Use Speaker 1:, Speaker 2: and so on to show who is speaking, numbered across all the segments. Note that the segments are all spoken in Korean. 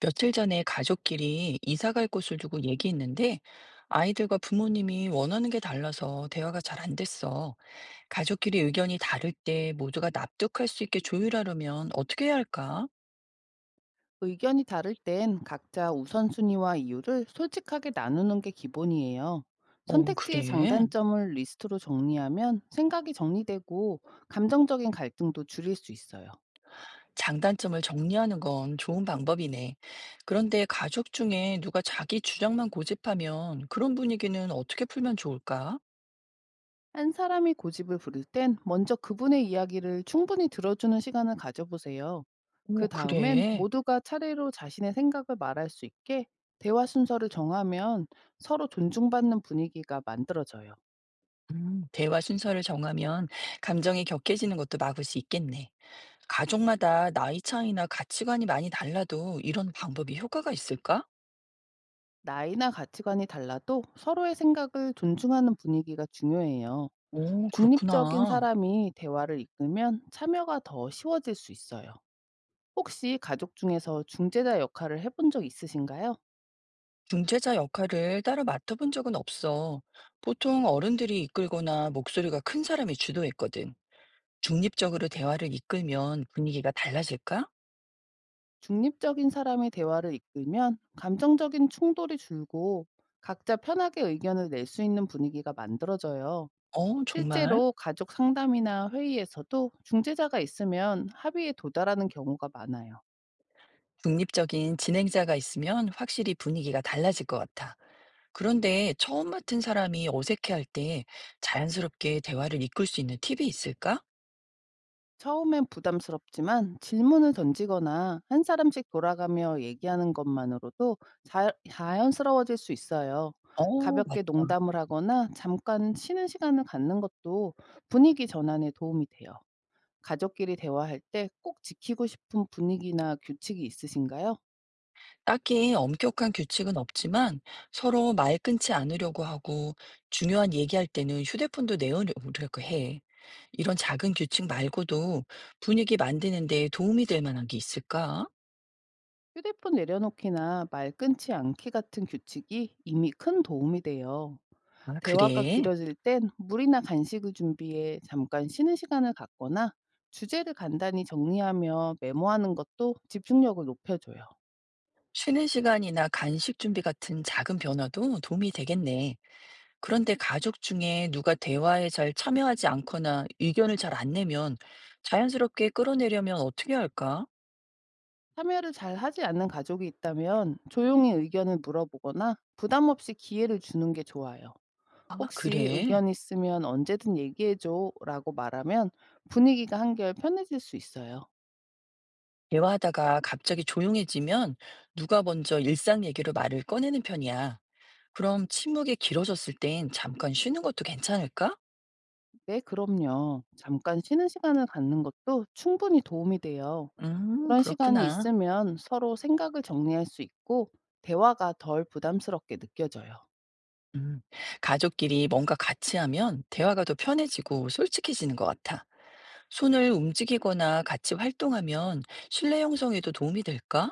Speaker 1: 며칠 전에 가족끼리 이사 갈 곳을 두고 얘기했는데 아이들과 부모님이 원하는 게 달라서 대화가 잘 안 됐어. 가족끼리 의견이 다를 때 모두가 납득할 수 있게 조율하려면 어떻게 해야 할까?
Speaker 2: 의견이 다를 땐 각자 우선순위와 이유를 솔직하게 나누는 게 기본이에요.
Speaker 1: 어,
Speaker 2: 선택지의
Speaker 1: 그래.
Speaker 2: 장단점을 리스트로 정리하면 생각이 정리되고 감정적인 갈등도 줄일 수 있어요.
Speaker 1: 장단점을 정리하는 건 좋은 방법이네. 그런데 가족 중에 누가 자기 주장만 고집하면 그런 분위기는 어떻게 풀면 좋을까?
Speaker 2: 한 사람이 고집을 부릴 땐 먼저 그분의 이야기를 충분히 들어주는 시간을 가져보세요. 그
Speaker 1: 어,
Speaker 2: 다음엔
Speaker 1: 그래.
Speaker 2: 모두가 차례로 자신의 생각을 말할 수 있게 대화 순서를 정하면 서로 존중받는 분위기가 만들어져요.
Speaker 1: 대화 순서를 정하면 감정이 격해지는 것도 막을 수 있겠네. 가족마다 나이 차이나 가치관이 많이 달라도 이런 방법이 효과가 있을까?
Speaker 2: 나이나 가치관이 달라도 서로의 생각을 존중하는 분위기가 중요해요.
Speaker 1: 오,
Speaker 2: 중립적인
Speaker 1: 그렇구나.
Speaker 2: 사람이 대화를 이끌면 참여가 더 쉬워질 수 있어요. 혹시 가족 중에서 중재자 역할을 해본 적 있으신가요?
Speaker 1: 중재자 역할을 따로 맡아본 적은 없어. 보통 어른들이 이끌거나 목소리가 큰 사람이 주도했거든. 중립적으로 대화를 이끌면 분위기가 달라질까?
Speaker 2: 중립적인 사람이 대화를 이끌면 감정적인 충돌이 줄고 각자 편하게 의견을 낼 수 있는 분위기가 만들어져요.
Speaker 1: 어, 정말?
Speaker 2: 실제로 가족 상담이나 회의에서도 중재자가 있으면 합의에 도달하는 경우가 많아요.
Speaker 1: 중립적인 진행자가 있으면 확실히 분위기가 달라질 것 같아. 그런데 처음 맡은 사람이 어색해할 때 자연스럽게 대화를 이끌 수 있는 팁이 있을까?
Speaker 2: 처음엔 부담스럽지만 질문을 던지거나 한 사람씩 돌아가며 얘기하는 것만으로도 자연스러워질 수 있어요.
Speaker 1: 어, 맞아.
Speaker 2: 가볍게 농담을 하거나 잠깐 쉬는 시간을 갖는 것도 분위기 전환에 도움이 돼요. 가족끼리 대화할 때 꼭 지키고 싶은 분위기나 규칙이 있으신가요?
Speaker 1: 딱히 엄격한 규칙은 없지만 서로 말 끊지 않으려고 하고 중요한 얘기할 때는 휴대폰도 내어놓으려고 해. 이런 작은 규칙 말고도 분위기 만드는 데 도움이 될 만한 게 있을까?
Speaker 2: 휴대폰 내려놓기나 말 끊지 않기 같은 규칙이 이미 큰 도움이 돼요.
Speaker 1: 아,
Speaker 2: 대화가
Speaker 1: 그래.
Speaker 2: 길어질 땐 물이나 간식을 준비해 잠깐 쉬는 시간을 갖거나 주제를 간단히 정리하며 메모하는 것도 집중력을 높여줘요.
Speaker 1: 쉬는 시간이나 간식 준비 같은 작은 변화도 도움이 되겠네. 그런데 가족 중에 누가 대화에 잘 참여하지 않거나 의견을 잘 안 내면 자연스럽게 끌어내려면 어떻게 할까?
Speaker 2: 참여를 잘 하지 않는 가족이 있다면 조용히 의견을 물어보거나 부담 없이 기회를 주는 게 좋아요.
Speaker 1: 아,
Speaker 2: 혹시
Speaker 1: 그래.
Speaker 2: 의견 있으면 언제든 얘기해줘 라고 말하면 분위기가 한결 편해질 수 있어요.
Speaker 1: 대화하다가 갑자기 조용해지면 누가 먼저 일상 얘기로 말을 꺼내는 편이야. 그럼 침묵이 길어졌을 땐 잠깐 쉬는 것도 괜찮을까?
Speaker 2: 네, 그럼요. 잠깐 쉬는 시간을 갖는 것도 충분히 도움이 돼요. 그런 시간이
Speaker 1: 그렇구나.
Speaker 2: 있으면 서로 생각을 정리할 수 있고 대화가 덜 부담스럽게 느껴져요.
Speaker 1: 음, 가족끼리 뭔가 같이 하면 대화가 더 편해지고 솔직해지는 것 같아. 손을 움직이거나 같이 활동하면 신뢰 형성에도 도움이 될까?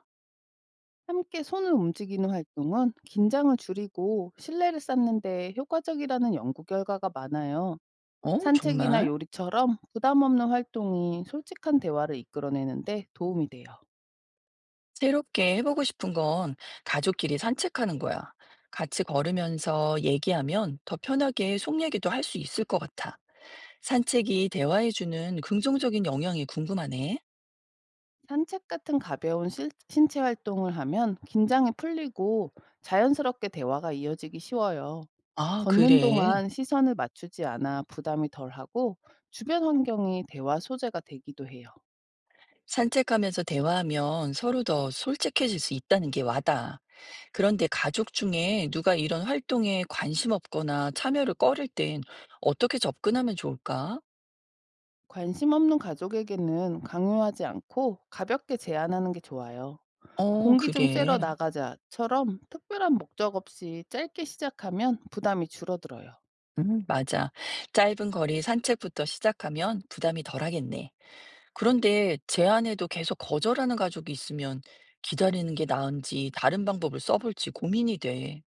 Speaker 2: 함께 손을 움직이는 활동은 긴장을 줄이고 신뢰를 쌓는 데 효과적이라는 연구 결과가 많아요.
Speaker 1: 어,
Speaker 2: 산책이나
Speaker 1: 정말?
Speaker 2: 요리처럼 부담 없는 활동이 솔직한 대화를 이끌어내는데 도움이 돼요.
Speaker 1: 새롭게 해보고 싶은 건 가족끼리 산책하는 거야. 같이 걸으면서 얘기하면 더 편하게 속 얘기도 할 수 있을 것 같아. 산책이 대화해주는 긍정적인 영향이 궁금하네.
Speaker 2: 산책 같은 가벼운 신체 활동을 하면 긴장이 풀리고 자연스럽게 대화가 이어지기 쉬워요.
Speaker 1: 아,
Speaker 2: 걷는
Speaker 1: 그래.
Speaker 2: 동안 시선을 맞추지 않아 부담이 덜하고 주변 환경이 대화 소재가 되기도 해요.
Speaker 1: 산책하면서 대화하면 서로 더 솔직해질 수 있다는 게 와닿아. 그런데 가족 중에 누가 이런 활동에 관심 없거나 참여를 꺼릴 땐 어떻게 접근하면 좋을까?
Speaker 2: 관심 없는 가족에게는 강요하지 않고 가볍게 제안하는 게 좋아요.
Speaker 1: 어,
Speaker 2: 공기 좀 쐬러
Speaker 1: 그래.
Speaker 2: 나가자처럼 특별한 목적 없이 짧게 시작하면 부담이 줄어들어요.
Speaker 1: 맞아. 짧은 거리 산책부터 시작하면 부담이 덜하겠네. 그런데 제안에도 계속 거절하는 가족이 있으면 기다리는 게 나은지 다른 방법을 써볼지 고민이 돼.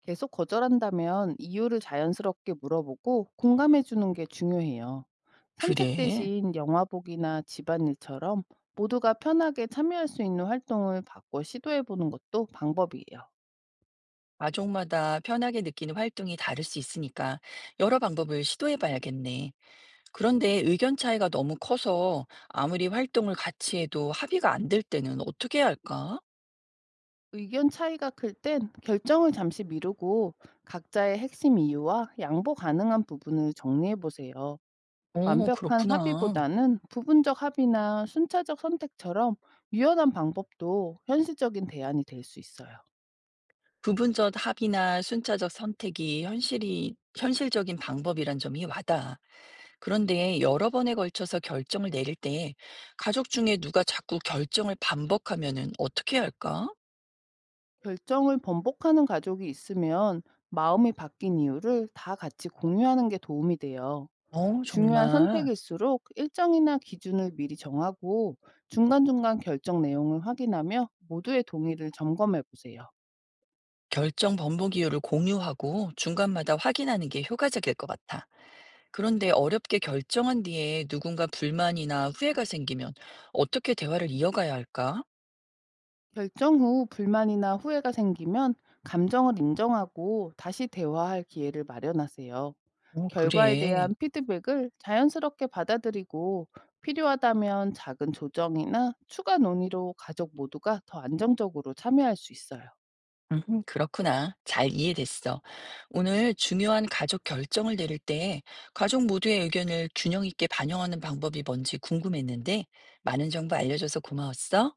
Speaker 2: 계속 거절한다면 이유를 자연스럽게 물어보고 공감해 주는 게 중요해요. 산책
Speaker 1: 그래.
Speaker 2: 대신 영화 보기나 집안일처럼 모두가 편하게 참여할 수 있는 활동을 바꿔 시도해 보는 것도 방법이에요.
Speaker 1: 가족마다 편하게 느끼는 활동이 다를 수 있으니까 여러 방법을 시도해봐야겠네. 그런데 의견 차이가 너무 커서 아무리 활동을 같이 해도 합의가 안 될 때는 어떻게 해야 할까?
Speaker 2: 의견 차이가 클 땐 결정을 잠시 미루고 각자의 핵심 이유와 양보 가능한 부분을 정리해 보세요.
Speaker 1: 어,
Speaker 2: 완벽한
Speaker 1: 그렇구나.
Speaker 2: 합의보다는 부분적 합의나 순차적 선택처럼 유연한 방법도 현실적인 대안이 될 수 있어요.
Speaker 1: 부분적 합의나 순차적 선택이 현실이 현실적인 방법이란 점이 와닿아. 그런데 여러 번에 걸쳐서 결정을 내릴 때 가족 중에 누가 자꾸 결정을 반복하면은 어떻게 해야 할까?
Speaker 2: 결정을 번복하는 가족이 있으면 마음이 바뀐 이유를 다 같이 공유하는 게 도움이 돼요.
Speaker 1: 어,
Speaker 2: 중요한
Speaker 1: 정말.
Speaker 2: 선택일수록 일정이나 기준을 미리 정하고 중간중간 결정 내용을 확인하며 모두의 동의를 점검해 보세요.
Speaker 1: 결정 번복 이유를 공유하고 중간마다 확인하는 게 효과적일 것 같아. 그런데 어렵게 결정한 뒤에 누군가 불만이나 후회가 생기면 어떻게 대화를 이어가야 할까?
Speaker 2: 결정 후 불만이나 후회가 생기면 감정을 인정하고 다시 대화할 기회를 마련하세요.
Speaker 1: 어,
Speaker 2: 결과에
Speaker 1: 그래.
Speaker 2: 대한 피드백을 자연스럽게 받아들이고 필요하다면 작은 조정이나 추가 논의로 가족 모두가 더 안정적으로 참여할 수 있어요.
Speaker 1: 그렇구나. 잘 이해됐어. 오늘 중요한 가족 결정을 내릴 때 가족 모두의 의견을 균형 있게 반영하는 방법이 뭔지 궁금했는데 많은 정보 알려줘서 고마웠어.